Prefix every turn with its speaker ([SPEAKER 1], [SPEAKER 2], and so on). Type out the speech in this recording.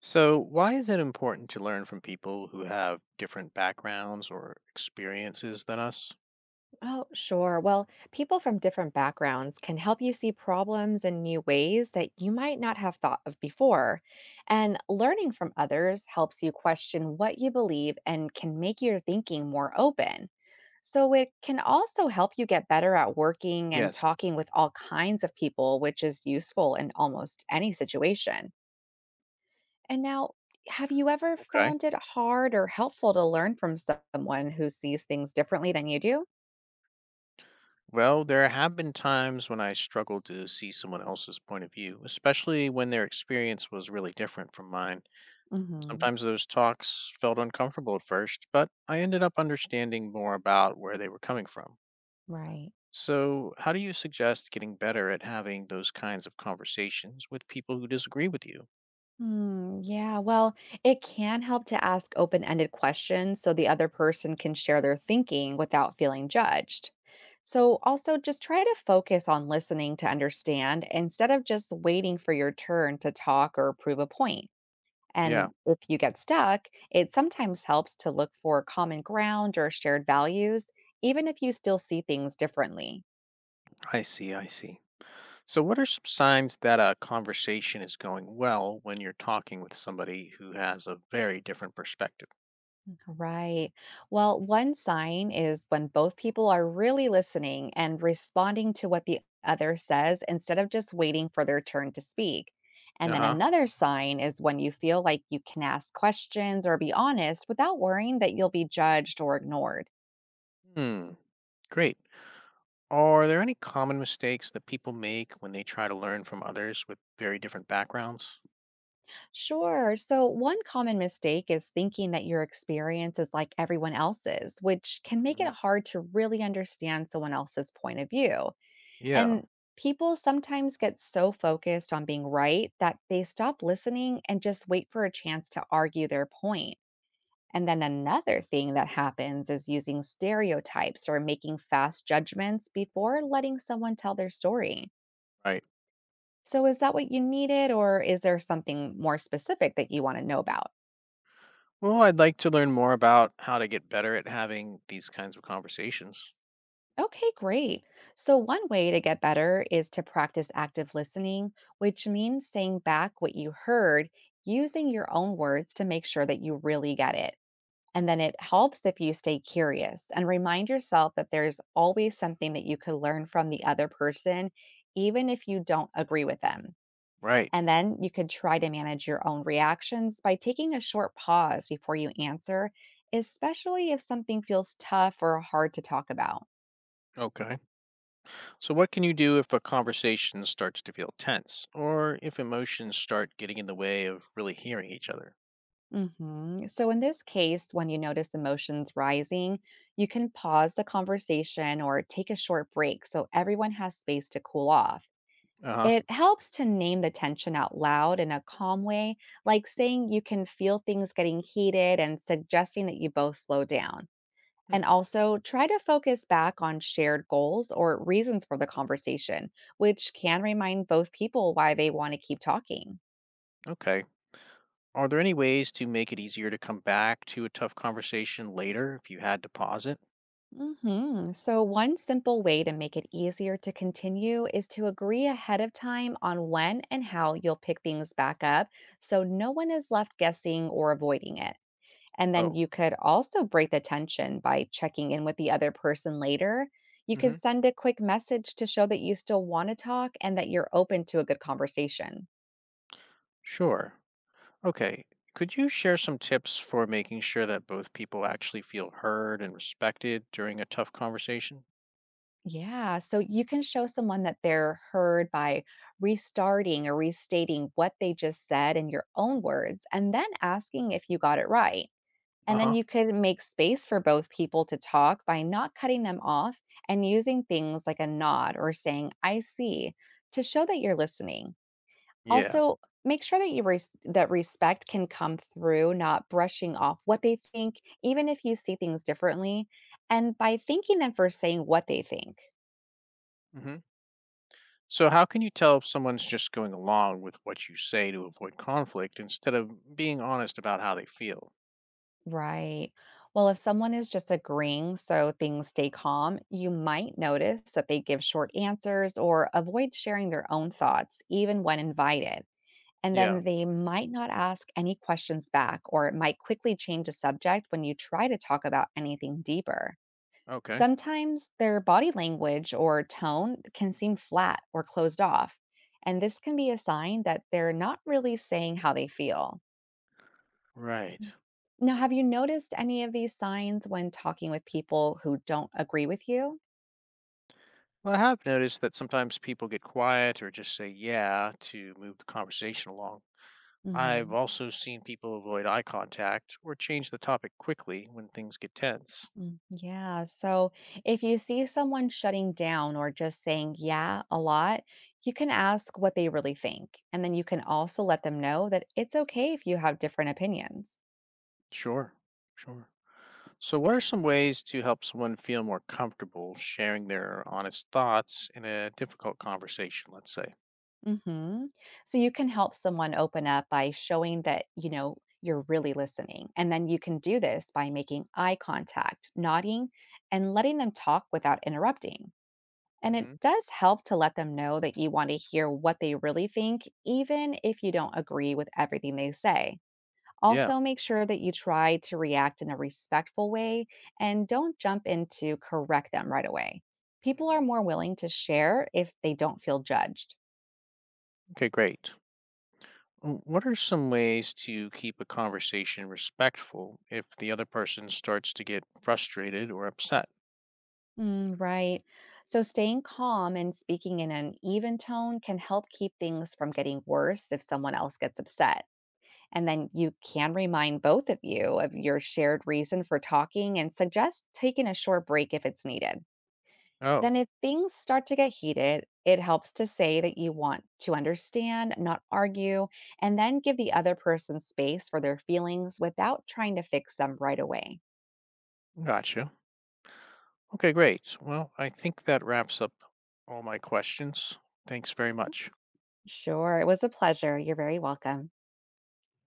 [SPEAKER 1] So, why is it important to learn from people who have different backgrounds or experiences than us?
[SPEAKER 2] Oh, sure. Well, people from different backgrounds can help you see problems in new ways that you might not have thought of before. And learning from others helps you question what you believe and can make your thinking more open. So, it can also help you get better at working and
[SPEAKER 1] Yes.
[SPEAKER 2] talking with all kinds of people, which is useful in almost any situation. And now, have you ever
[SPEAKER 1] Okay.
[SPEAKER 2] found it hard or helpful to learn from someone who sees things differently than you do?
[SPEAKER 1] Well, there have been times when I struggled to see someone else's point of view, especially when their experience was really different from mine.
[SPEAKER 2] hmm
[SPEAKER 1] Sometimes those talks felt uncomfortable at first, but I ended up understanding more about where they were coming from.
[SPEAKER 2] Right.
[SPEAKER 1] So, how do you suggest getting better at having those kinds of conversations with people who disagree with you?
[SPEAKER 2] Yeah, well, it can help to ask open ended questions so the other person can share their thinking without feeling judged. So, also just try to focus on listening to understand instead of just waiting for your turn to talk or prove a point.
[SPEAKER 1] Yeah,
[SPEAKER 2] And if you get stuck, it sometimes helps to look for common ground or shared values, even if you still see things differently.
[SPEAKER 1] I see, I see. So, what are some signs that a conversation is going well when you're talking with somebody who has a very different perspective?
[SPEAKER 2] Right. Well, one sign is when both people are really listening and responding to what the other says instead of just waiting for their turn to speak. And
[SPEAKER 1] Uh
[SPEAKER 2] then
[SPEAKER 1] huh.
[SPEAKER 2] another sign is when you feel like you can ask questions or be honest without worrying that you'll be judged or ignored.
[SPEAKER 1] Hmm. Great. Are there any common mistakes that people make when they try to learn from others with very different backgrounds?
[SPEAKER 2] Sure. So, one common mistake is thinking that your experience is like everyone else's, which can make it
[SPEAKER 1] Hmm.
[SPEAKER 2] hard to really understand someone else's point of view.
[SPEAKER 1] Yeah.
[SPEAKER 2] And people sometimes get so focused on being right that they stop listening and just wait for a chance to argue their point. And then another thing that happens is using stereotypes or making fast judgments before letting someone tell their story.
[SPEAKER 1] Right.
[SPEAKER 2] So, is that what you needed, or is there something more specific that you want to know about?
[SPEAKER 1] Well, I'd like to learn more about how to get better at having these kinds of conversations.
[SPEAKER 2] Okay, great. So, one way to get better is to practice active listening, which means saying back what you heard using your own words to make sure that you really get it. And then
[SPEAKER 1] Mm-hmm.
[SPEAKER 2] it helps if you stay curious and remind yourself that there's always something that you could learn from the other person, even if you don't agree with them.
[SPEAKER 1] Right.
[SPEAKER 2] And then you could try to manage your own reactions by taking a short pause before you answer, especially if something feels tough or hard to talk about.
[SPEAKER 1] Okay. So, what can you do if a conversation starts to feel tense or if emotions start getting in the way of really hearing each other?
[SPEAKER 2] So, in this case, when you notice emotions rising, you can pause the conversation or take a short break so everyone has space to cool off.
[SPEAKER 1] Uh huh.
[SPEAKER 2] It helps to name the tension out loud in a calm way, like saying you can feel things getting heated and suggesting that you both slow down. And
[SPEAKER 1] Hmm.
[SPEAKER 2] also try to focus back on shared goals or reasons for the conversation, which can remind both people why they want to keep talking.
[SPEAKER 1] Okay. Are there any ways to make it easier to come back to a tough conversation later if you had to pause it?
[SPEAKER 2] So, one simple way to make it easier to continue is to agree ahead of time on when and how you'll pick things back up so no one is left guessing or avoiding it. And then
[SPEAKER 1] Oh,
[SPEAKER 2] you could also break the tension by checking in with the other person later. You
[SPEAKER 1] mm-hmm.
[SPEAKER 2] could send a quick message to show that you still want to talk and that you're open to a good conversation.
[SPEAKER 1] Sure. Okay. Could you share some tips for making sure that both people actually feel heard and respected during a tough conversation?
[SPEAKER 2] Yeah. So you can show someone that they're heard by restarting or restating what they just said in your own words and then asking if you got it right.
[SPEAKER 1] Uh
[SPEAKER 2] And then
[SPEAKER 1] huh.
[SPEAKER 2] you could make space for both people to talk by not cutting them off and using things like a nod or saying, I see, to show that you're listening.
[SPEAKER 1] Yeah.
[SPEAKER 2] Also, make sure that you that respect can come through not brushing off what they think even if you see things differently and by thanking them for saying what they think.
[SPEAKER 1] Mm hmm. So, how can you tell if someone's just going along with what you say to avoid conflict instead of being honest about how they feel?
[SPEAKER 2] Right. Well, if someone is just agreeing so things stay calm, you might notice that they give short answers or avoid sharing their own thoughts, even when invited. And
[SPEAKER 1] Yeah,
[SPEAKER 2] then they might not ask any questions back, or it might quickly change the subject when you try to talk about anything deeper.
[SPEAKER 1] okay.
[SPEAKER 2] Sometimes their body language or tone can seem flat or closed off. And this can be a sign that they're not really saying how they feel.
[SPEAKER 1] Right.
[SPEAKER 2] Now, have you noticed any of these signs when talking with people who don't agree with you?
[SPEAKER 1] Well, I have noticed that sometimes people get quiet or just say yeah to move the conversation along. I've
[SPEAKER 2] hmm
[SPEAKER 1] also seen people avoid eye contact or change the topic quickly when things get tense.
[SPEAKER 2] Yeah. So if you see someone shutting down or just saying, yeah, a lot, you can ask what they really think. And then you can also let them know that it's okay if you have different opinions.
[SPEAKER 1] Sure, sure. So, what are some ways to help someone feel more comfortable sharing their honest thoughts in a difficult conversation, let's say?
[SPEAKER 2] hmm So you can help someone open up by showing that, you know, you're really listening. And then you can do this by making eye contact, nodding, and letting them talk without interrupting. And it
[SPEAKER 1] Hmm.
[SPEAKER 2] does help to let them know that you want to hear what they really think, even if you don't agree with everything they say.
[SPEAKER 1] Yeah.
[SPEAKER 2] Also, make sure that you try to react in a respectful way and don't jump in to correct them right away. People are
[SPEAKER 1] Mhm.
[SPEAKER 2] more willing to share if they don't feel judged.
[SPEAKER 1] Okay, great. What are some ways to keep a conversation respectful if the other person starts to get frustrated or upset?
[SPEAKER 2] Right. So, staying calm and speaking in an even tone can help keep things from getting worse if someone else gets upset. And then you can remind both of you of your shared reason for talking and suggest taking a short break if it's needed. Then,
[SPEAKER 1] Oh,
[SPEAKER 2] if things start to get heated, it helps to say that you want to understand, not argue, and then give the other person space for their feelings without trying to fix them right away.
[SPEAKER 1] gotcha. Okay, great. Well, I think that wraps up all my questions. Thanks very much.
[SPEAKER 2] Sure, it was a pleasure. You're very welcome.